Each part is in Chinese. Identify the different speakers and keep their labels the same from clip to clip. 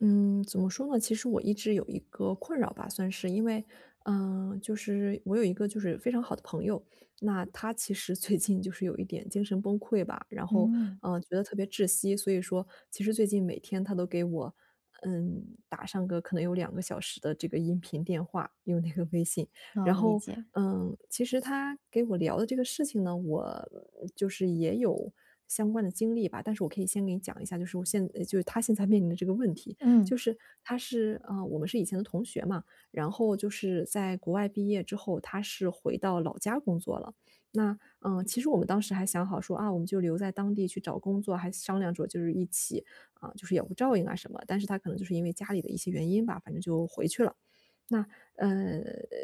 Speaker 1: 嗯，怎么说呢？其实我一直有一个困扰吧，算是，因为，就是我有一个就是非常好的朋友，那他其实最近就是有一点精神崩溃吧，然后，
Speaker 2: 嗯。
Speaker 1: 觉得特别窒息，所以说，其实最近每天他都给我，打上个可能有2个小时的这个音频电话，用那个微信，
Speaker 2: 哦，
Speaker 1: 然
Speaker 2: 理
Speaker 1: 后，
Speaker 2: 解。
Speaker 1: 其实他给我聊的这个事情呢，我就是也有。相关的经历吧，但是我可以先给你讲一下，就是就是他现在面临的这个问题，
Speaker 2: 嗯。
Speaker 1: 就是我们是以前的同学嘛，然后就是在国外毕业之后，他是回到老家工作了。那其实我们当时还想好说啊，我们就留在当地去找工作，还商量着就是一起就是有个照应啊什么。但是他可能就是因为家里的一些原因吧，反正就回去了。那，呃，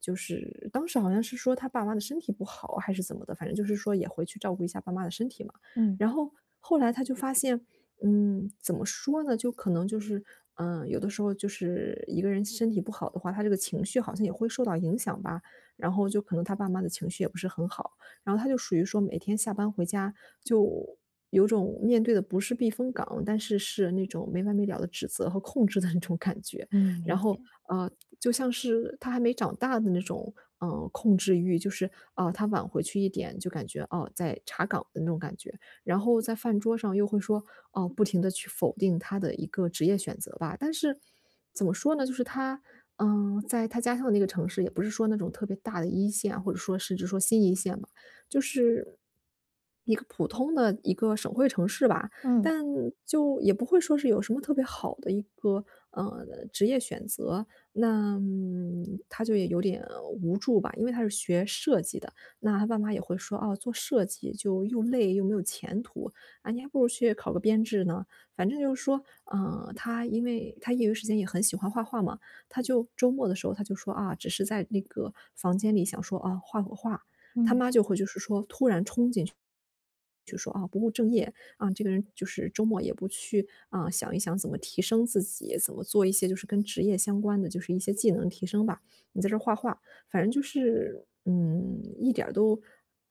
Speaker 1: 就是当时好像是说他爸妈的身体不好还是怎么的，反正就是说也回去照顾一下爸妈的身体嘛。
Speaker 2: 嗯。
Speaker 1: 然后后来他就发现，怎么说呢，就可能就是，有的时候就是一个人身体不好的话，他这个情绪好像也会受到影响吧。然后就可能他爸妈的情绪也不是很好，然后他就属于说每天下班回家就有种面对的不是避风港，但是是那种没完没了的指责和控制的那种感觉。
Speaker 2: 嗯，理
Speaker 1: 然后，
Speaker 2: 解。
Speaker 1: 呃，就像是他还没长大的那种，控制欲，就是，啊，他晚回去一点就感觉，哦，在查岗的那种感觉。然后在饭桌上又会说，哦，不停的去否定他的一个职业选择吧。但是怎么说呢，就是他，在他家乡的那个城市，也不是说那种特别大的一线啊，或者说甚至说新一线吧，就是一个普通的一个省会城市吧。
Speaker 2: 嗯。
Speaker 1: 但就也不会说是有什么特别好的一个，呃，职业选择。那，他就也有点无助吧，因为他是学设计的，那他爸妈也会说：“哦，做设计就又累又没有前途，啊，你还不如去考个编制呢。”反正就是说，他因为他业余时间也很喜欢画画嘛，他就周末的时候他就说：“啊，只是在那个房间里想说，啊，画会画。”他
Speaker 2: 嗯。
Speaker 1: 妈就会就是说突然冲进去就说啊不务正业啊，这个人就是周末也不去啊想一想怎么提升自己，怎么做一些就是跟职业相关的，就是一些技能提升吧。你在这儿画画，反正就是一点儿都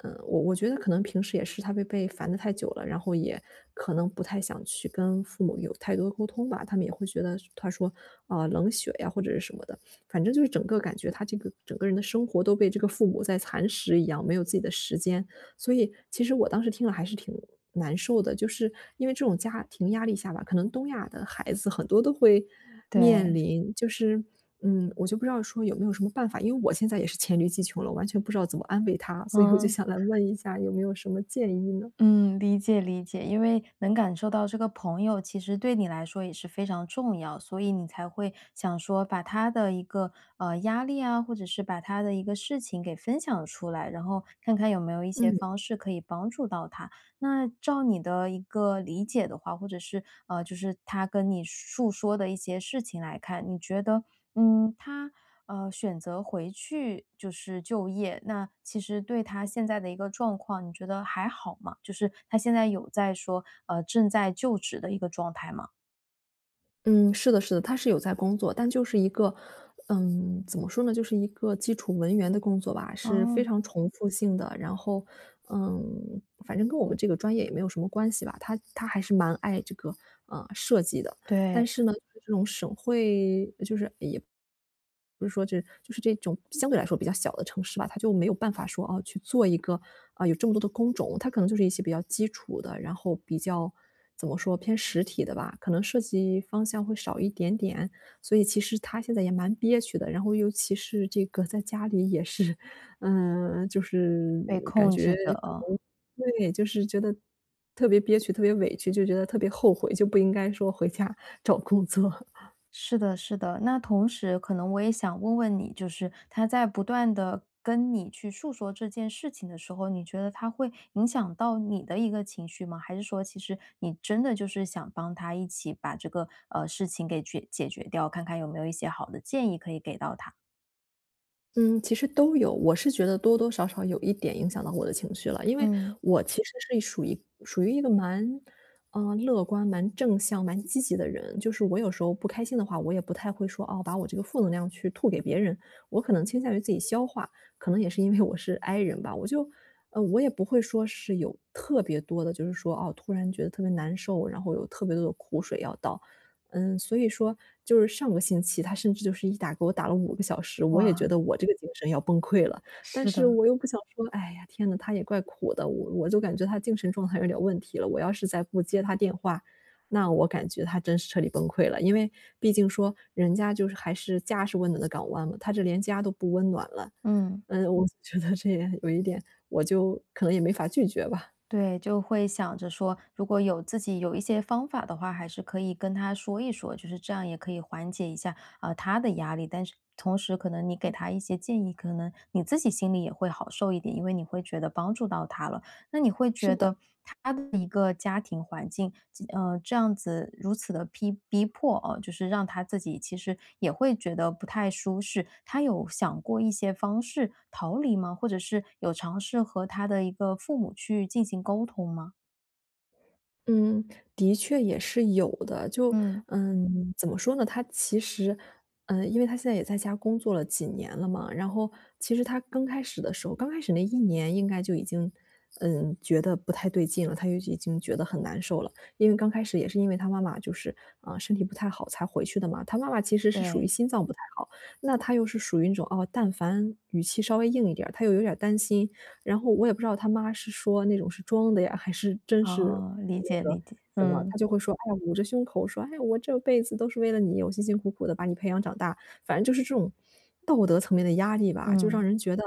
Speaker 1: 我觉得可能平时也是他被烦的太久了，然后也可能不太想去跟父母有太多沟通吧，他们也会觉得他说冷血呀或者是什么的，反正就是整个感觉他这个整个人的生活都被这个父母在蚕食一样，没有自己的时间，所以其实我当时听了还是挺难受的，就是因为这种家庭压力下吧，可能东亚的孩子很多都会面
Speaker 2: 对。
Speaker 1: 临，就是我就不知道说有没有什么办法，因为我现在也是黔驴技穷了，完全不知道怎么安慰他，所以我就
Speaker 2: 嗯。
Speaker 1: 想来问一下有没有什么建议呢？
Speaker 2: 嗯，理解理解。因为能感受到这个朋友其实对你来说也是非常重要，所以你才会想说把他的一个，压力啊，或者是把他的一个事情给分享出来，然后看看有没有一些
Speaker 1: 嗯。
Speaker 2: 方式可以帮助到他。那照你的一个理解的话，或者是，就是他跟你诉说的一些事情来看，你觉得他选择回去就是就业，那其实对他现在的一个状况，你觉得还好吗？就是他现在有在说正在就职的一个状态吗？
Speaker 1: 嗯，是的是的，他是有在工作，但就是一个，怎么说呢，就是一个基础文员的工作吧，是非
Speaker 2: 哦。
Speaker 1: 常重复性的。然后，嗯，反正跟我们这个专业也没有什么关系吧。他还是蛮爱这个，设计的。但
Speaker 2: 对。
Speaker 1: 是呢，就是这种省会就是也不是说这就是这种相对来说比较小的城市吧，它就没有办法说，哦，去做一个，啊，有这么多的工种，它可能就是一些比较基础的，然后比较怎么说，偏实体的吧，可能设计方向会少一点点。所以其实他现在也蛮憋屈的，然后尤其是这个在家里也是就是
Speaker 2: 被
Speaker 1: 感
Speaker 2: 控
Speaker 1: 觉
Speaker 2: 制着。
Speaker 1: 可
Speaker 2: 嗯。
Speaker 1: 能对，就是觉得特别憋屈、特别委屈，就觉得特别后悔，就不应该说回家找工作。
Speaker 2: 是的，是的。那同时，可能我也想问问你，就是他在不断的跟你去诉说这件事情的时候，你觉得他会影响到你的一个情绪吗？还是说其实你真的就是想帮他一起把这个，事情给解决掉，看看有没有一些好的建议可以给到他？
Speaker 1: 嗯，其实都有，我是觉得多多少少有一点影响到我的情绪了，因为
Speaker 2: 嗯。
Speaker 1: 我其实是属于一个蛮，乐观、蛮正向、蛮积极的人。就是我有时候不开心的话，我也不太会说，哦，把我这个负能量去吐给别人，我可能倾向于自己消化。可能也是因为我是 I 人吧，我就，我也不会说是有特别多的，就是说，哦，突然觉得特别难受，然后有特别多的苦水要倒。所以说就是上个星期，他甚至就是一打给我打了5个小时，我也觉
Speaker 2: 哇。
Speaker 1: 得我这个精神要崩溃了。但
Speaker 2: 是
Speaker 1: 是
Speaker 2: 的。
Speaker 1: 我又不想说，哎呀，天呐，他也怪苦的，我就感觉他精神状态有点问题了，我要是再不接他电话，那我感觉他真是彻底崩溃了。因为毕竟说人家就是还是家是温暖的港湾嘛，他这连家都不温暖了，
Speaker 2: 嗯。
Speaker 1: 我觉得这也有一点，我就可能也没法拒绝吧。
Speaker 2: 对，就会想着说，如果有自己有一些方法的话，还是可以跟他说一说，就是这样也可以缓解一下他的压力。但是同时，可能你给他一些建议，可能你自己心里也会好受一点，因为你会觉得帮助到他了。那你会
Speaker 1: 是
Speaker 2: 觉
Speaker 1: 的。
Speaker 2: 得他的一个家庭环境，这样子如此的逼迫啊，就是让他自己其实也会觉得不太舒适。他有想过一些方式逃离吗？或者是有尝试和他的一个父母去进行沟通吗？
Speaker 1: 嗯，的确也是有的。就
Speaker 2: 嗯。
Speaker 1: 嗯。怎么说呢？他其实因为他现在也在家工作了几年了嘛，然后其实他刚开始的时候，刚开始那一年应该就已经，觉得不太对劲了，他就已经觉得很难受了。因为刚开始也是因为他妈妈就是，啊，身体不太好才回去的嘛，他妈妈其实是属于
Speaker 2: 对。
Speaker 1: 心脏不太好，那他又是属于那种，哦，但凡语气稍微硬一点儿他又有点儿担心然后我也不知道他妈是说那种是装的呀，还是真是
Speaker 2: 哦，理
Speaker 1: 那
Speaker 2: 解
Speaker 1: 个
Speaker 2: 理解。
Speaker 1: 什么，
Speaker 2: 嗯。
Speaker 1: 他就会说，哎呀，捂着胸口说：“哎呀，我这辈子都是为了你，我辛辛苦苦的把你培养长大。”反正就是这种道德层面的压力吧，就让
Speaker 2: 嗯。
Speaker 1: 人觉得，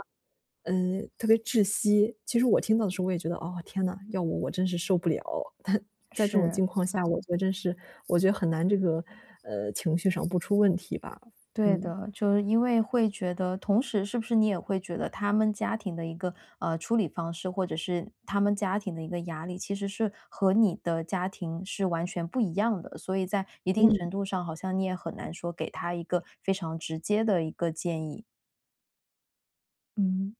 Speaker 1: 特别窒息。其实我听到的时候我也觉得，哦，天呐，要我我真是受不了。但在这种
Speaker 2: 是。
Speaker 1: 境况下，我觉得真是我觉得很难这个，情绪上不出问题吧，
Speaker 2: 对
Speaker 1: 嗯。
Speaker 2: 的，就是因为会觉得，同时是不是你也会觉得他们家庭的一个处理方式，或者是他们家庭的一个压力，其实是和你的家庭是完全不一样的，所以在一定程
Speaker 1: 嗯。
Speaker 2: 度上，好像你也很难说给他一个非常直接的一个建议。嗯。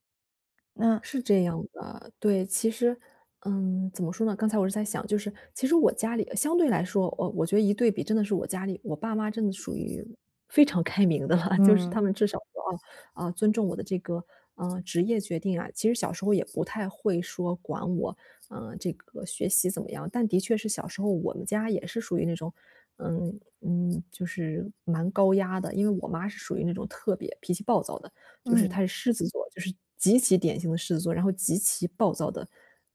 Speaker 2: 那。
Speaker 1: 是这样的，对，其实，怎么说呢？刚才我是在想，就是其实我家里相对来说，我觉得一对比，真的是我家里，我爸妈真的属于非常开明的了，就是他
Speaker 2: 嗯。
Speaker 1: 们至少说尊重我的这个职业决定啊。其实小时候也不太会说管我，这个学习怎么样，但的确是小时候我们家也是属于那种。就是蛮高压的，因为我妈是属于那种特别脾气暴躁的，就是他
Speaker 2: 嗯。
Speaker 1: 是狮子座，就是极其典型的狮子座，然后极其暴躁的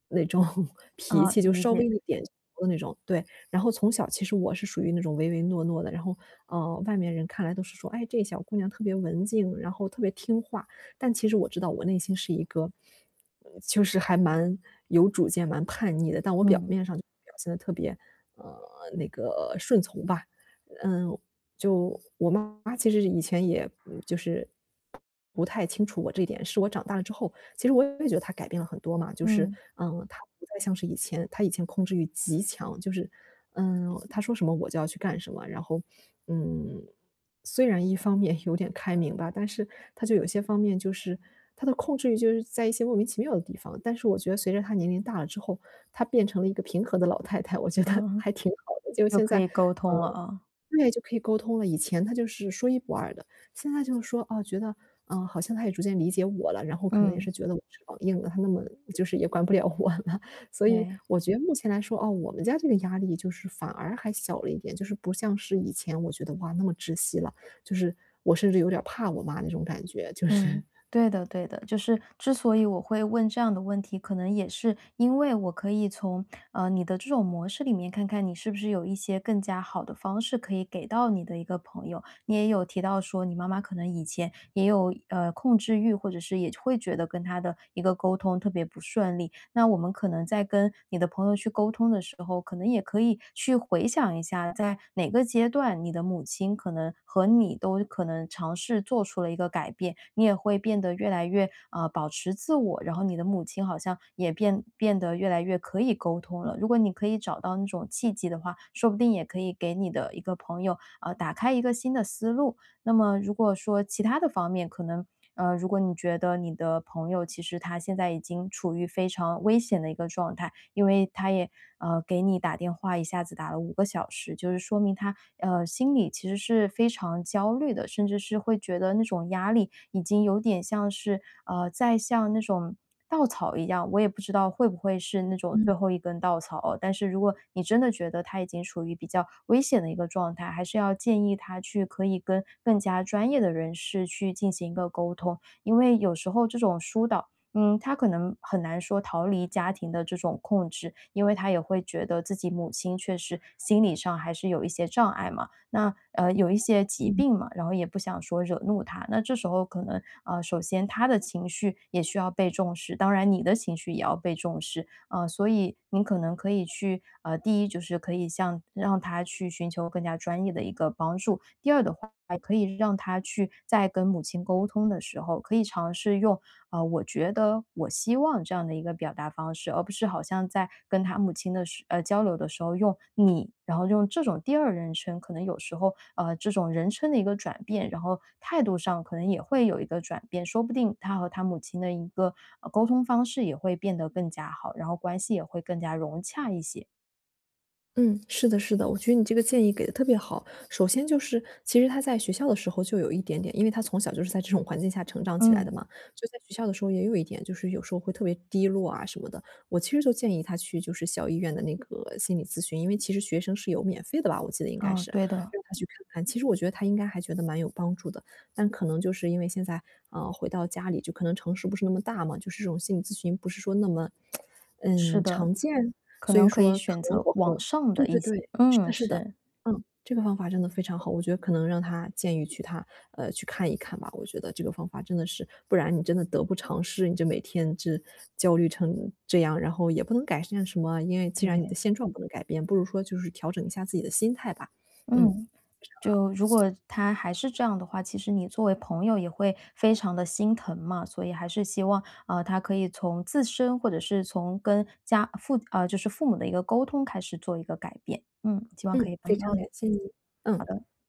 Speaker 1: 那种 脾
Speaker 2: 啊，
Speaker 1: 气，就
Speaker 2: 理
Speaker 1: 稍
Speaker 2: 解。
Speaker 1: 微一点的那种。对，然后从小其实我是属于那种唯唯诺诺的，然后，外面人看来都是说，哎，这小姑娘特别文静，然后特别听话，但其实我知道我内心是一个，就是还蛮有主见、蛮叛逆的，但我表
Speaker 2: 嗯。
Speaker 1: 面上就表现的特别，呃，那个顺从吧。嗯，就我妈妈其实以前也就是不太清楚我这一点，是我长大了之后，其实我也觉得她改变了很多嘛，就是
Speaker 2: 嗯。
Speaker 1: 嗯，她不再像是以前，她以前控制欲极强，就是嗯，她说什么我就要去干什么，然后嗯，虽然一方面 有点开明吧，但是她就有些方面就是她的控制欲就是在一些莫名其妙的地方，但是我觉得随着她年龄大了之后，她变成了一个平和的老太太，我觉
Speaker 2: 啊，
Speaker 1: 得 还挺好的。就
Speaker 2: 又
Speaker 1: 现
Speaker 2: 可
Speaker 1: 在，
Speaker 2: 以沟
Speaker 1: 嗯
Speaker 2: 通了啊。
Speaker 1: 对，就可以沟通了。以前她就是说一不二的，现在就是说，哦，觉得，嗯，好像她也逐渐理解我了，然后可能也
Speaker 2: 嗯。
Speaker 1: 是觉得我翅膀硬了，她那么就是也管不了我了。所以
Speaker 2: 对。
Speaker 1: 我觉得目前来说，哦，我们家这个压力就是反而还小了一点，就是不像是以前我觉得，哇，那么窒息了，就是我甚至有点儿怕我妈那种感觉，就
Speaker 2: 嗯，
Speaker 1: 是
Speaker 2: 对的对的。就是之所以我会问这样的问题，可能也是因为我可以从，你的这种模式里面看看你是不是有一些更加好的方式可以给到你的一个朋友。你也有提到说你妈妈可能以前也有，控制欲，或者是也会觉得跟她的一个沟通特别不顺利。那我们可能在跟你的朋友去沟通的时候，可能也可以去回想一下，在哪个阶段你的母亲可能和你都可能尝试做出了一个改变，你也会变得越来越保持自我，然后你的母亲好像也变得越来越可以沟通了。如果你可以找到那种契机的话，说不定也可以给你的一个朋友打开一个新的思路。那么如果说其他的方面，可能如果你觉得你的朋友其实他现在已经处于非常危险的一个状态，因为他也给你打电话，一下子打了5个小时，就是说明他心里其实是非常焦虑的，甚至是会觉得那种压力已经有点像是在向那种。稻草一样，我也不知道会不会是那种最后一根稻草哦。但是如果你真的觉得他已经处于比较危险的一个状态，还是要建议他去可以跟更加专业的人士去进行一个沟通，因为有时候这种疏导。嗯，他可能很难说逃离家庭的这种控制，因为他也会觉得自己母亲确实心理上还是有一些障碍嘛。那有一些 疾
Speaker 1: 嗯。
Speaker 2: 病嘛，然后也不想说惹怒他。那这时候可能首先他的情绪也需要被重视，当然你的情绪也要被重视。所以你可能可以去第一就是可以向让他去寻求更加专业的一个帮助。第二的话，可以让他去在跟母亲沟通的时候，可以尝试用我觉得我希望这样的一个表达方式，而不是好像在跟他母亲的时交流的时候用你，然后用这种第二人称，可能有时候这种人称的一个转变，然后态度上可能也会有一个转变，说不定他和他母亲的一个沟通方式也会变得更加好，然后关系也会更加融洽一些。
Speaker 1: 嗯，是的，是的，我觉得你这个建议给的特别好。首先就是，其实他在学校的时候就有一点点，因为他从小就是在这种环境下成长起来的
Speaker 2: 嗯。
Speaker 1: 嘛，就在学校的时候也有一点，就是有时候会特别低落啊什么的。我其实就建议他去就是小医院的那个心理咨询，因为其实学生是有免费的吧，我记得应该
Speaker 2: 啊，
Speaker 1: 是
Speaker 2: 对的。
Speaker 1: 让他去看看。其实我觉得他应该还觉得蛮有帮助的，但可能就是因为现在回到家里，就可能城市不是那么大嘛，就是这种心理咨询不是说那么
Speaker 2: 是
Speaker 1: 嗯
Speaker 2: 的，
Speaker 1: 常见，
Speaker 2: 可
Speaker 1: 所以
Speaker 2: 能可以
Speaker 1: 说可
Speaker 2: 选
Speaker 1: 能
Speaker 2: 择
Speaker 1: 我
Speaker 2: 网
Speaker 1: 会。
Speaker 2: 上的
Speaker 1: 对
Speaker 2: 一
Speaker 1: 对
Speaker 2: 些，
Speaker 1: 对，是
Speaker 2: 嗯，
Speaker 1: 的是的，
Speaker 2: 是。
Speaker 1: 嗯，这个方法真的非常好，我觉得可能让他建议去他去看一看吧，我觉得这个方法真的是，不然你真的得不偿失，你就每天这焦虑成这样，然后也不能改善什么，因为既然你
Speaker 2: 对。
Speaker 1: 的现状不能改变，不如说就是调整一下自己的心态吧。嗯，
Speaker 2: 嗯。就如果他还是这样的话，其实你作为朋友也会非常的心疼嘛，所以还是希望，啊，他可以从自身或者是从跟就是父母的一个沟通开始做一个改变。嗯，希望
Speaker 1: 嗯，
Speaker 2: 可以
Speaker 1: 非
Speaker 2: 帮到
Speaker 1: 常
Speaker 2: 你。
Speaker 1: 感谢你，嗯。